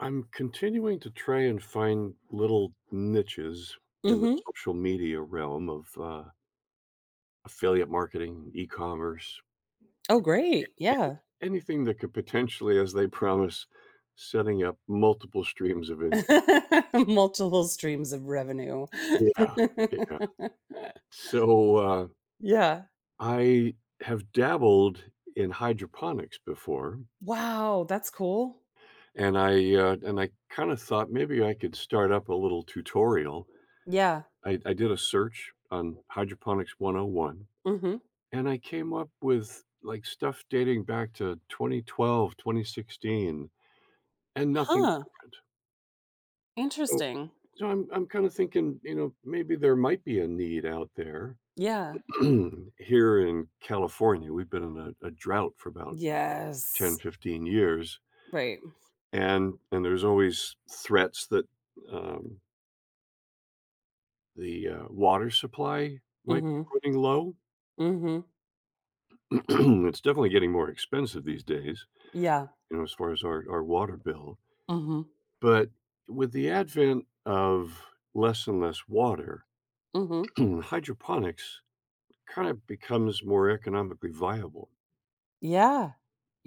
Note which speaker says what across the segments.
Speaker 1: I'm continuing to try and find little niches in the
Speaker 2: Mhm.
Speaker 1: social media realm of affiliate marketing, e commerce,
Speaker 2: Oh, great. Yeah.
Speaker 1: anything that could potentially, as they promise, setting up multiple streams of income.
Speaker 2: Multiple streams of revenue.
Speaker 1: Yeah. Yeah. So
Speaker 2: Yeah.
Speaker 1: I have dabbled in hydroponics before,
Speaker 2: Wow, that's cool.
Speaker 1: and I kind of thought maybe I could start up a little tutorial.
Speaker 2: Yeah.
Speaker 1: I did a search on hydroponics 101.
Speaker 2: Mhm.
Speaker 1: And I came up with, like, stuff dating back to 2012, 2016, and nothing
Speaker 2: Huh,
Speaker 1: current. So
Speaker 2: interesting.
Speaker 1: so I'm kinda thinking, maybe there might be a need out there.
Speaker 2: Yeah.
Speaker 1: Here in California, we've been in a drought for about 10,
Speaker 2: Yes.
Speaker 1: 15 years,
Speaker 2: Right.
Speaker 1: and there's always threats that, um, the water supply might be
Speaker 2: Mhm.
Speaker 1: running low.
Speaker 2: Mhm.
Speaker 1: It's definitely getting more expensive these days,
Speaker 2: Yeah.
Speaker 1: as far as our water bill.
Speaker 2: Mhm.
Speaker 1: But with the advent of less and less water,
Speaker 2: Mhm.
Speaker 1: hydroponics kind of becomes more economically viable
Speaker 2: Yeah.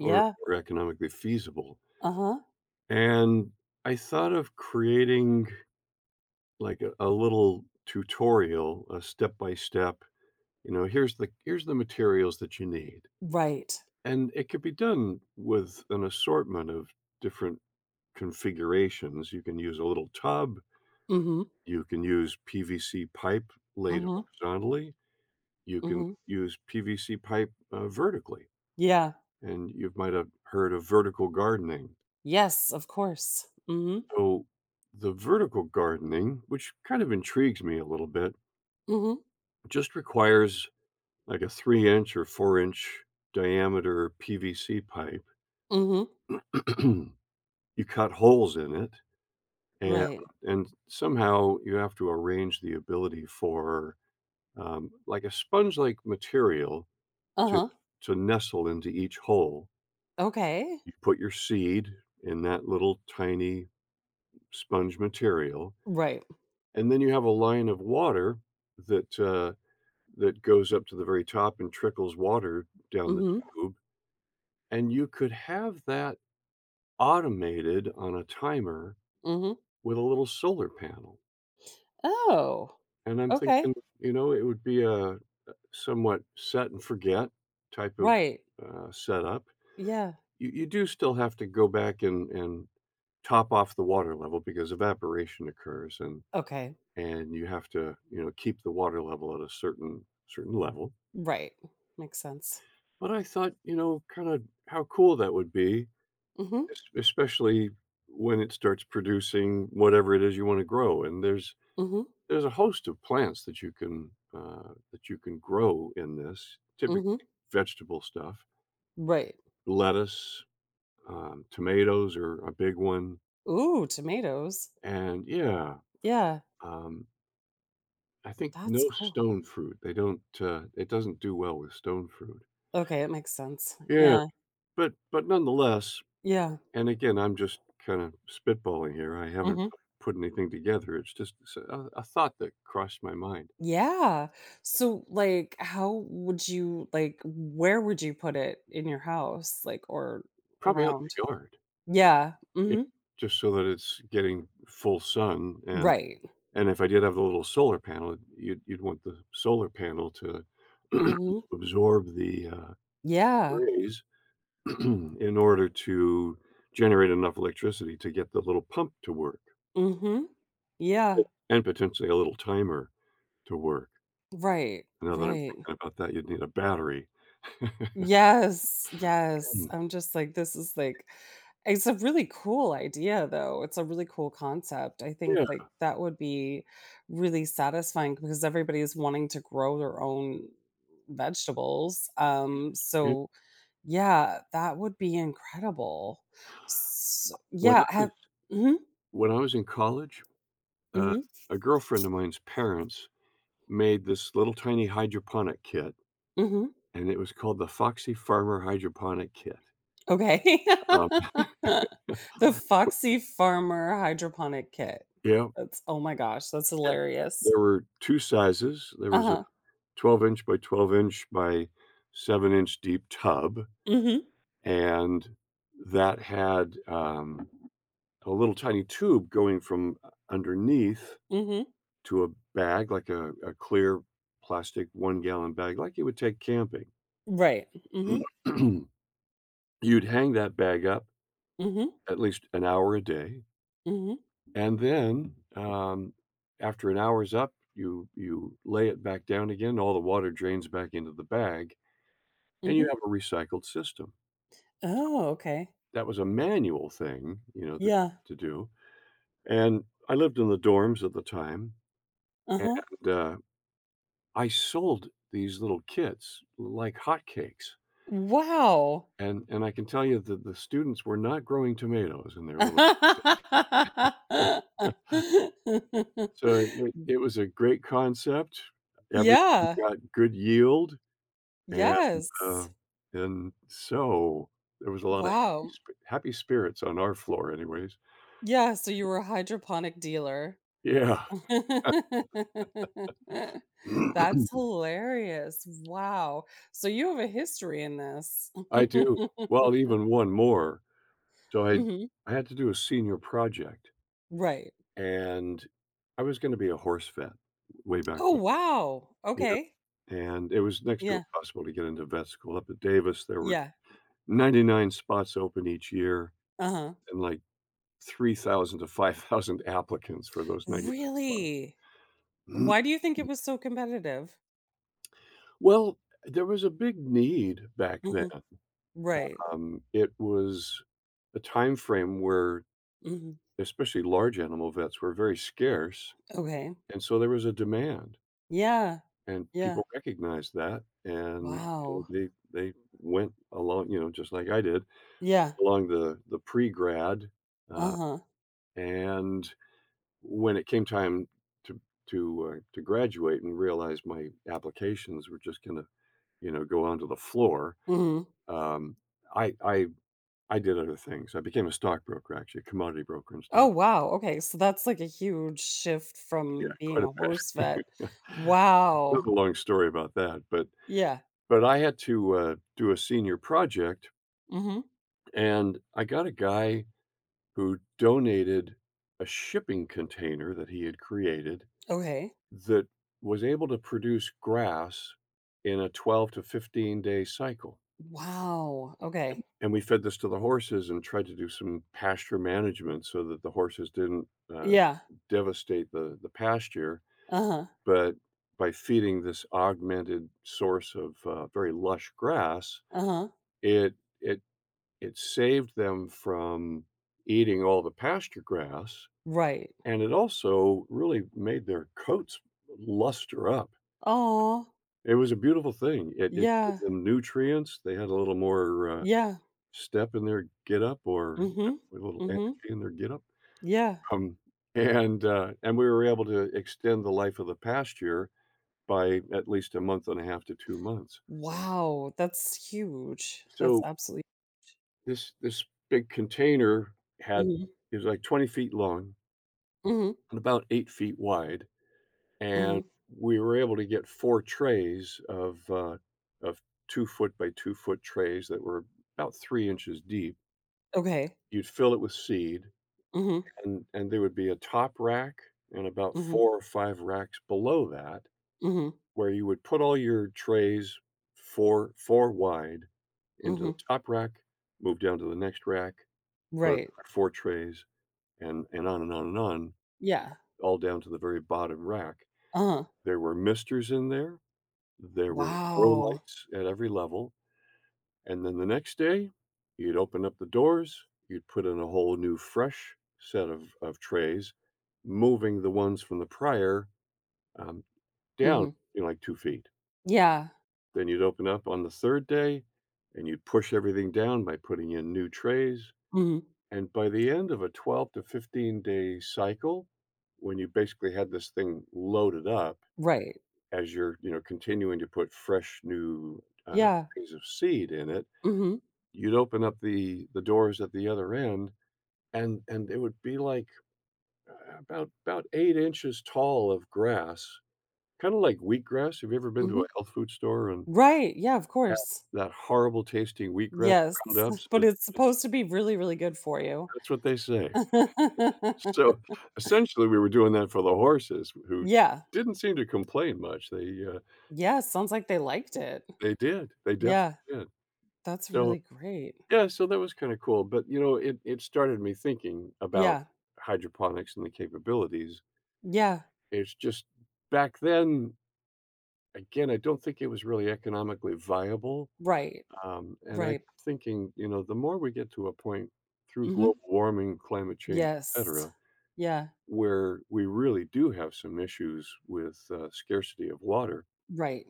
Speaker 1: or economically feasible.
Speaker 2: Uh-huh.
Speaker 1: And I thought of creating like a little tutorial, a step by step, here's the materials that you need.
Speaker 2: Right.
Speaker 1: And it could be done with an assortment of different configurations. You can use a little tub,
Speaker 2: Mhm.
Speaker 1: you can use PVC pipe laid
Speaker 2: Mhm.
Speaker 1: horizontally. You can
Speaker 2: Mhm.
Speaker 1: use PVC pipe, vertically,
Speaker 2: Yeah.
Speaker 1: and you might have heard of vertical gardening.
Speaker 2: Yes, of course. Mhm.
Speaker 1: So, the vertical gardening, which kind of intrigues me a little bit,
Speaker 2: Mhm.
Speaker 1: just requires like a 3" inch or 4" inch diameter PVC pipe.
Speaker 2: Mhm.
Speaker 1: You cut holes in it, and
Speaker 2: Right.
Speaker 1: somehow you have to arrange the ability for, like a sponge-like material to
Speaker 2: Uh-huh.
Speaker 1: to nestle into each hole.
Speaker 2: Okay.
Speaker 1: You put your seed in that little tiny sponge material,
Speaker 2: Right.
Speaker 1: and then you have a line of water that uh, that goes up to the very top and trickles water down the
Speaker 2: Mhm,
Speaker 1: tube. And you could have that automated on a timer
Speaker 2: mhm.
Speaker 1: with a little solar panel.
Speaker 2: Oh,
Speaker 1: And I'm
Speaker 2: okay.
Speaker 1: thinking, it would be a somewhat set and forget type of
Speaker 2: Right.
Speaker 1: setup.
Speaker 2: Yeah.
Speaker 1: You do still have to go back and top off the water level because evaporation occurs and
Speaker 2: Okay.
Speaker 1: you have to, keep the water level at a certain level.
Speaker 2: Right. Makes sense.
Speaker 1: But I thought, kind of how cool that would be,
Speaker 2: Mhm,
Speaker 1: especially when it starts producing whatever it is you want to grow. And there's
Speaker 2: mhm,
Speaker 1: there's a host of plants that you can grow in this typical
Speaker 2: mhm.
Speaker 1: vegetable stuff,
Speaker 2: Right.
Speaker 1: lettuce, tomatoes are a big one,
Speaker 2: Ooh, tomatoes.
Speaker 1: and yeah,
Speaker 2: Yeah,
Speaker 1: um, I think
Speaker 2: that's
Speaker 1: no
Speaker 2: cool.
Speaker 1: stone fruit. They don't. It doesn't do well with stone fruit.
Speaker 2: Okay, it makes sense.
Speaker 1: Yeah,
Speaker 2: Yeah.
Speaker 1: but nonetheless,
Speaker 2: Yeah.
Speaker 1: and again, I'm just kinda spitballing here, I haven't
Speaker 2: Mhm.
Speaker 1: put anything together, it's just it's a thought that crossed my mind.
Speaker 2: Yeah. So, like, how would you, like, where would you put it in your house, like, or
Speaker 1: Probably out in
Speaker 2: around?
Speaker 1: the yard,
Speaker 2: Yeah.
Speaker 1: you know,
Speaker 2: Mhm.
Speaker 1: just so that it's getting full sun, and
Speaker 2: Right.
Speaker 1: if I did have the little solar panel, you'd want the solar panel to
Speaker 2: Mhm.
Speaker 1: absorb the
Speaker 2: Yeah.
Speaker 1: rays in order to generate enough electricity to get the little pump to work,
Speaker 2: Mhm. Yeah.
Speaker 1: and potentially a little timer to work.
Speaker 2: Right,
Speaker 1: Now that I'm
Speaker 2: right.
Speaker 1: thinking about that, you'd need a battery. Mhm.
Speaker 2: Yes, yes. I'm just like, this is like, it's a really cool idea, though. It's a really cool concept. I think,
Speaker 1: Yeah,
Speaker 2: like, that would be really satisfying because everybody is wanting to grow their own vegetables.
Speaker 1: it
Speaker 2: So yeah, that would be incredible. So,
Speaker 1: when I
Speaker 2: yeah, have,
Speaker 1: was
Speaker 2: hmm,
Speaker 1: when I was in college, uh,
Speaker 2: hmm,
Speaker 1: a girlfriend of mine's parents made this little tiny hydroponic kit,
Speaker 2: hmm,
Speaker 1: and it was called the Foxy Farmer Hydroponic Kit.
Speaker 2: okay.
Speaker 1: Um,
Speaker 2: The Foxy Farmer hydroponic kit.
Speaker 1: yeah,
Speaker 2: That's oh my gosh, that's
Speaker 1: yeah.
Speaker 2: hilarious.
Speaker 1: There were 2 sizes. There was a
Speaker 2: Uh-huh.
Speaker 1: 12" inch by 12" inch by 7" inch deep tub,
Speaker 2: Mhm,
Speaker 1: and that had, a little tiny tube going from underneath
Speaker 2: mhm.
Speaker 1: to a bag, like a clear plastic one-gallon bag, like you would take camping.
Speaker 2: Right. Mhm,
Speaker 1: You'd hang that bag up
Speaker 2: mhm,
Speaker 1: at least an hour a day,
Speaker 2: mhm,
Speaker 1: and then, after an hour's up, you lay it back down again, all the water drains back into the bag, and you
Speaker 2: mhm.
Speaker 1: have a recycled system.
Speaker 2: Oh, okay.
Speaker 1: That was a manual thing, that
Speaker 2: Yeah.
Speaker 1: to do, and I lived in the dorms at the time, and,
Speaker 2: Uh-huh.
Speaker 1: uh, I sold these little kits like hotcakes.
Speaker 2: Wow.
Speaker 1: And I can tell you that the students were not growing tomatoes in their little class. So it wa it was a great concept. Everybody
Speaker 2: Yeah.
Speaker 1: got good yield, and, uh,
Speaker 2: Yes.
Speaker 1: and so there was a lot of happy
Speaker 2: Wow.
Speaker 1: sp happy spirits on our floor anyways.
Speaker 2: Yeah, so you were a hydroponic dealer.
Speaker 1: Yeah.
Speaker 2: That's hilarious. Wow. So you have a history in this.
Speaker 1: I do. Well, even one more. So I
Speaker 2: Mhm.
Speaker 1: I had to do a senior project,
Speaker 2: Right.
Speaker 1: and I was gonna be a horse vet way
Speaker 2: Oh,
Speaker 1: back when.
Speaker 2: wow.
Speaker 1: Yeah.
Speaker 2: Okay.
Speaker 1: And it was next to
Speaker 2: Yeah.
Speaker 1: impossible to get into vet school up at Davis, there were
Speaker 2: Yeah.
Speaker 1: 99 spots open each year
Speaker 2: Uh-huh.
Speaker 1: and, like, 3,000 to 5,000 applicants for those 99 spots.
Speaker 2: Really?
Speaker 1: Mm.
Speaker 2: Why do you think it was so competitive?
Speaker 1: Well, there was a big need back then.
Speaker 2: Mhm. Right.
Speaker 1: It was a time frame where
Speaker 2: Mhm.
Speaker 1: especially large animal vets were very scarce,
Speaker 2: Okay.
Speaker 1: and so there was a demand,
Speaker 2: Yeah.
Speaker 1: and
Speaker 2: Yeah.
Speaker 1: people recognized that, and, you know,
Speaker 2: Wow.
Speaker 1: they they went along, just like I did,
Speaker 2: Yeah.
Speaker 1: along the pre-grad, uh,
Speaker 2: Uh-huh.
Speaker 1: and when it came time to to graduate and realize my applications were just gonna, go onto the floor,
Speaker 2: Mhm.
Speaker 1: um, I I I did other things. I became a stockbroker, actually, a commodity broker and
Speaker 2: Oh,
Speaker 1: stock.
Speaker 2: wow. Okay, so that's like a huge shift
Speaker 1: Yeah,
Speaker 2: from being
Speaker 1: quite a
Speaker 2: a
Speaker 1: bit.
Speaker 2: horse vet.
Speaker 1: A
Speaker 2: Wow.
Speaker 1: little long story about that, but
Speaker 2: Yeah.
Speaker 1: I had to, do a senior project,
Speaker 2: Mhm.
Speaker 1: and I got a guy who donated a shipping container that he had created
Speaker 2: Okay.
Speaker 1: that was able to produce grass in a 12 to 15 day cycle.
Speaker 2: Wow. Okay.
Speaker 1: And we fed this to the horses and tried to do some pasture management so that the horses didn't uh,
Speaker 2: Yeah.
Speaker 1: devastate the pasture.
Speaker 2: Uh-huh.
Speaker 1: But by feeding this augmented source of very lush grass,
Speaker 2: Uh-huh.
Speaker 1: it, it, it saved them from eating all the pasture grass.
Speaker 2: Right.
Speaker 1: And it also really made their coats luster up.
Speaker 2: Oh.
Speaker 1: It was a beautiful thing. It gave
Speaker 2: Yeah.
Speaker 1: them nutrients, they had a little more,
Speaker 2: Yeah.
Speaker 1: step in their get up or,
Speaker 2: Mhm.
Speaker 1: a little
Speaker 2: Mhm.
Speaker 1: energy in their get up.
Speaker 2: Yeah.
Speaker 1: Um, and, uh, and we were able to extend the life of the pasture by at least a month and a half to 2 months.
Speaker 2: Wow, that's huge. That's
Speaker 1: So
Speaker 2: absolutely.
Speaker 1: this big container had
Speaker 2: Mhm,
Speaker 1: it was like 20 feet long
Speaker 2: mhm,
Speaker 1: and about 8 feet wide,
Speaker 2: mhm.
Speaker 1: and we were able to get 4 trays of 2-foot by 2 foot trays that were about 3 inches deep.
Speaker 2: Okay.
Speaker 1: You'd fill it with seed,
Speaker 2: Mhm,
Speaker 1: and there would be a top rack and about
Speaker 2: mhm,
Speaker 1: 4 or 5 racks below that
Speaker 2: mhm,
Speaker 1: where you would put all your trays 4 wide into the
Speaker 2: mhm.
Speaker 1: top rack, move down to the next rack, put another
Speaker 2: Right.
Speaker 1: 4 trays, and on and on and on,
Speaker 2: Yeah.
Speaker 1: all down to the very bottom rack.
Speaker 2: Uh-huh.
Speaker 1: There were misters in there. There were grow
Speaker 2: Wow.
Speaker 1: lights at every level. And then the next day, you'd open up the doors, you'd put in a whole new, fresh set of trays, moving the ones from the prior um, down,
Speaker 2: Mhm.
Speaker 1: like 2 feet.
Speaker 2: Yeah.
Speaker 1: Then you'd open up on the third day and you'd push everything down by putting in new trays.
Speaker 2: Mhm.
Speaker 1: And by the end of a 12 to 15 day cycle, when you basically had this thing loaded up
Speaker 2: Right.
Speaker 1: as you're continuing to put fresh new
Speaker 2: Yeah.
Speaker 1: trays of seed in it.
Speaker 2: Mhm,
Speaker 1: You'd open up the doors at the other end, and it would be like, about 8 inches tall of grass, kinda like wheatgrass. Have you ever been to
Speaker 2: mhm.
Speaker 1: a health food store and
Speaker 2: Right, yeah, of
Speaker 1: had
Speaker 2: course.
Speaker 1: that horrible tasting wheatgrass ground
Speaker 2: Yes,
Speaker 1: up? So
Speaker 2: but
Speaker 1: that
Speaker 2: it's
Speaker 1: you just-
Speaker 2: supposed to be really, really good for you.
Speaker 1: that's what they say. So, essentially, we were doing that for the horses who
Speaker 2: Yeah.
Speaker 1: didn't seem to complain much. They, uh
Speaker 2: Yeah, sounds like they liked it.
Speaker 1: they did. They definitely
Speaker 2: Yeah,
Speaker 1: did.
Speaker 2: that's
Speaker 1: So,
Speaker 2: really great.
Speaker 1: yeah, so that was kinda cool, but, it started me thinking about
Speaker 2: Yeah.
Speaker 1: hydroponics and the capabilities.
Speaker 2: Yeah.
Speaker 1: It's just back then, again, I don't think it was really economically viable,
Speaker 2: Right.
Speaker 1: and I'm
Speaker 2: Right.
Speaker 1: thinking, the more we get to a point through
Speaker 2: Mhm.
Speaker 1: global warming, climate change, et
Speaker 2: Yes.
Speaker 1: cetera,
Speaker 2: Yeah,
Speaker 1: where we really do have some issues with, scarcity of water,
Speaker 2: right.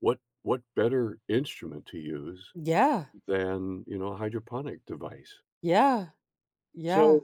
Speaker 1: what better instrument to use
Speaker 2: Yeah,
Speaker 1: than, a hydroponic device?
Speaker 2: yeah, yeah.
Speaker 1: So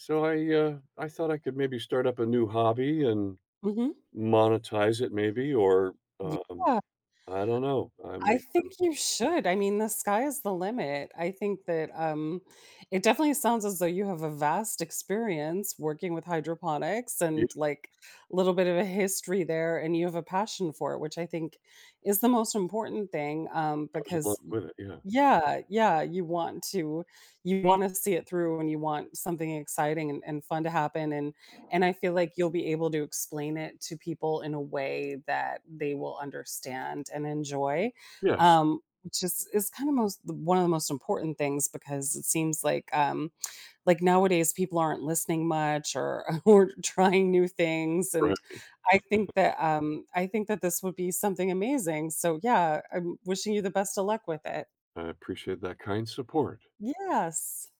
Speaker 1: so I thought I could maybe start up a new hobby and
Speaker 2: Mhm.
Speaker 1: monetize it maybe or, um,
Speaker 2: Yeah,
Speaker 1: I don't know, I
Speaker 2: I
Speaker 1: mean,
Speaker 2: think
Speaker 1: I'm
Speaker 2: you should. I mean, the sky is the limit. I think that, it definitely sounds as though you have a vast experience working with hydroponics and,
Speaker 1: it
Speaker 2: like, a little bit of a history there, and you have a passion for it, which I think is the most important thing,
Speaker 1: goes along
Speaker 2: because
Speaker 1: with it, yeah.
Speaker 2: yeah, yeah, you want to you wanna see it through, and you want something exciting and fun to happen, and I feel like you'll be able to explain it to people in a way that they will understand and enjoy,
Speaker 1: Yes,
Speaker 2: which is kinda most one of the most important things because it seems like, nowadays, people aren't listening much or or trying new things, and
Speaker 1: right,
Speaker 2: I think that this would be something amazing, so, yeah, I'm wishing you the best of luck with it.
Speaker 1: I appreciate that kind support.
Speaker 2: Yes.